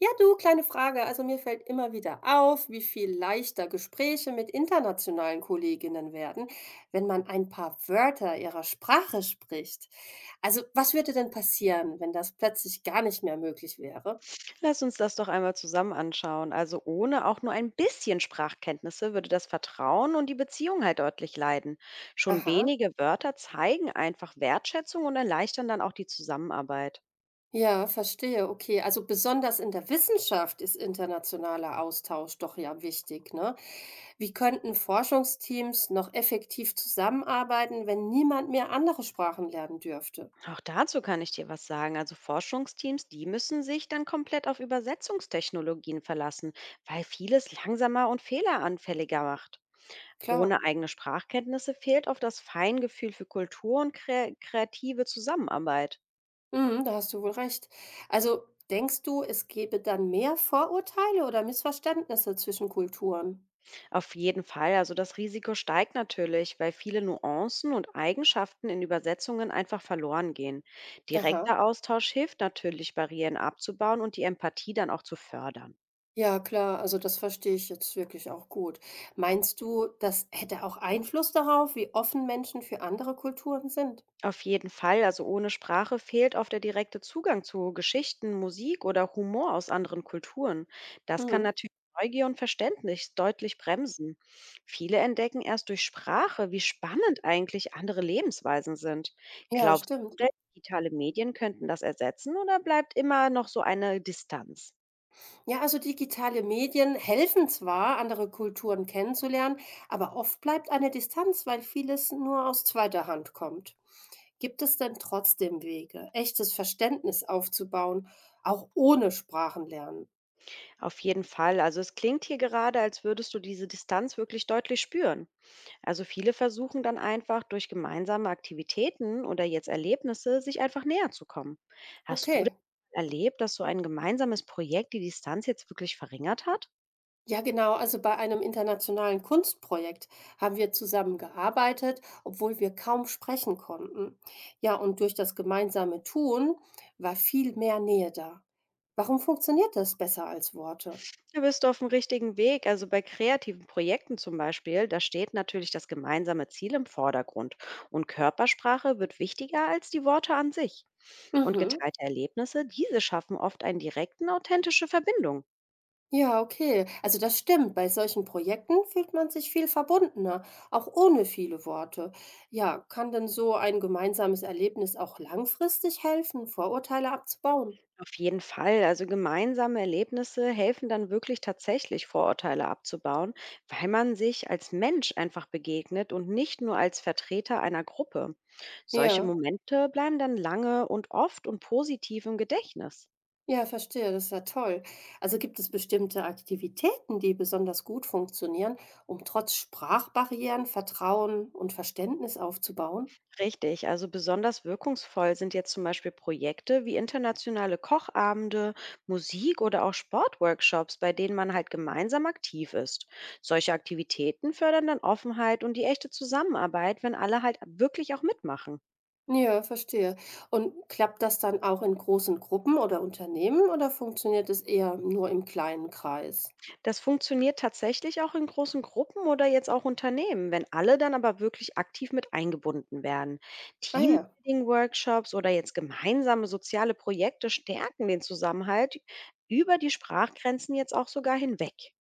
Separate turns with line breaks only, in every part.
Ja, du, kleine Frage. Also mir fällt immer wieder auf, wie viel leichter Gespräche mit internationalen Kolleginnen werden, wenn man ein paar Wörter ihrer Sprache spricht. Also was würde denn passieren, wenn das plötzlich gar nicht mehr möglich wäre?
Lass uns das doch einmal zusammen anschauen. Also ohne auch nur ein bisschen Sprachkenntnisse würde das Vertrauen und die Beziehung halt deutlich leiden. Schon
Aha,
wenige Wörter zeigen einfach Wertschätzung und erleichtern dann auch die Zusammenarbeit.
ja, verstehe. Okay, also besonders in der Wissenschaft ist internationaler Austausch doch ja wichtig, ne? Wie könnten Forschungsteams noch effektiv zusammenarbeiten, wenn niemand mehr andere Sprachen lernen dürfte?
Auch dazu kann ich dir was sagen. Also Forschungsteams, die müssen sich dann komplett auf Übersetzungstechnologien verlassen, weil vieles langsamer und fehleranfälliger macht.
Klar.
Ohne eigene Sprachkenntnisse fehlt oft das Feingefühl für Kultur und kreative Zusammenarbeit.
Mhm, da hast du wohl recht. Also denkst du, es gäbe dann mehr Vorurteile oder Missverständnisse zwischen Kulturen?
Auf jeden Fall. Also das Risiko steigt natürlich, weil viele Nuancen und Eigenschaften in Übersetzungen einfach verloren gehen.
Aha.
Direkter Austausch hilft natürlich, Barrieren abzubauen und die Empathie dann auch zu fördern.
Ja, klar, also das verstehe ich jetzt wirklich auch gut. Meinst du, das hätte auch Einfluss darauf, wie offen Menschen für andere Kulturen sind?
Auf jeden Fall, also ohne Sprache fehlt oft der direkte Zugang zu Geschichten, Musik oder Humor aus anderen Kulturen. Das kann
Mhm.
natürlich Neugier und Verständnis deutlich bremsen. Viele entdecken erst durch Sprache, wie spannend eigentlich andere Lebensweisen sind.
Ja,
Glaubst du,
stimmt.
denn digitale Medien könnten das ersetzen, oder bleibt immer noch so eine Distanz?
Ja, also digitale Medien helfen zwar, andere Kulturen kennenzulernen, aber oft bleibt eine Distanz, weil vieles nur aus zweiter Hand kommt. Gibt es denn trotzdem Wege, echtes Verständnis aufzubauen, auch ohne Sprachenlernen?
Auf jeden Fall, also es klingt hier gerade, als würdest du diese Distanz wirklich deutlich spüren. Also viele versuchen dann einfach durch gemeinsame Aktivitäten oder jetzt Erlebnisse sich einfach näher zu kommen. Hast du denn
Okay.
erlebt, dass so ein gemeinsames Projekt die Distanz jetzt wirklich verringert hat?
Ja, genau. Also bei einem internationalen Kunstprojekt haben wir zusammen gearbeitet, obwohl wir kaum sprechen konnten. Ja, und durch das gemeinsame Tun war viel mehr Nähe da. Warum funktioniert das besser als Worte?
Da bist du auf dem richtigen Weg. Also bei kreativen Projekten zum Beispiel, da steht natürlich das gemeinsame Ziel im Vordergrund. Und Körpersprache wird wichtiger als die Worte an sich. Und
Mhm.
geteilte Erlebnisse, diese schaffen oft einen direkten, authentische Verbindung.
Ja, okay. Also das stimmt. Bei solchen Projekten fühlt man sich viel verbundener, auch ohne viele Worte. Ja, kann denn so ein gemeinsames Erlebnis auch langfristig helfen, Vorurteile abzubauen?
Auf jeden Fall. Also gemeinsame Erlebnisse helfen dann wirklich tatsächlich Vorurteile abzubauen, weil man sich als Mensch einfach begegnet und nicht nur als Vertreter einer Gruppe. Solche
Ja,
Momente bleiben dann lange und oft und positiv im Gedächtnis.
ja, verstehe. Das ist ja toll. Also gibt es bestimmte Aktivitäten, die besonders gut funktionieren, um trotz Sprachbarrieren Vertrauen und Verständnis aufzubauen?
Richtig, also besonders wirkungsvoll sind jetzt zum Beispiel Projekte wie internationale Kochabende, Musik oder auch Sportworkshops, bei denen man halt gemeinsam aktiv ist. Solche Aktivitäten fördern dann Offenheit und die echte Zusammenarbeit, wenn alle halt wirklich auch mitmachen.
Ja, verstehe. Und klappt das dann auch in großen Gruppen oder Unternehmen oder funktioniert es eher nur im kleinen Kreis?
Das funktioniert tatsächlich auch in großen Gruppen oder jetzt auch Unternehmen, wenn alle dann aber wirklich aktiv mit eingebunden werden.
Ah ja.
Teambuilding-Workshops oder jetzt gemeinsame soziale Projekte stärken den Zusammenhalt über die Sprachgrenzen jetzt auch sogar hinweg.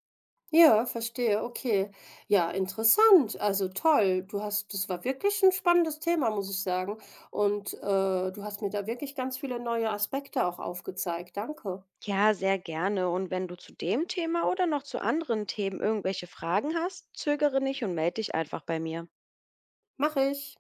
Ja, verstehe. Okay. Ja, interessant. Also toll. Du hast, das war wirklich ein spannendes Thema, muss ich sagen. Und du hast mir da wirklich ganz viele neue Aspekte auch aufgezeigt. Danke.
Ja, sehr gerne. Und wenn du zu dem Thema oder noch zu anderen Themen irgendwelche Fragen hast, zögere nicht und melde dich einfach bei mir.
Mache ich.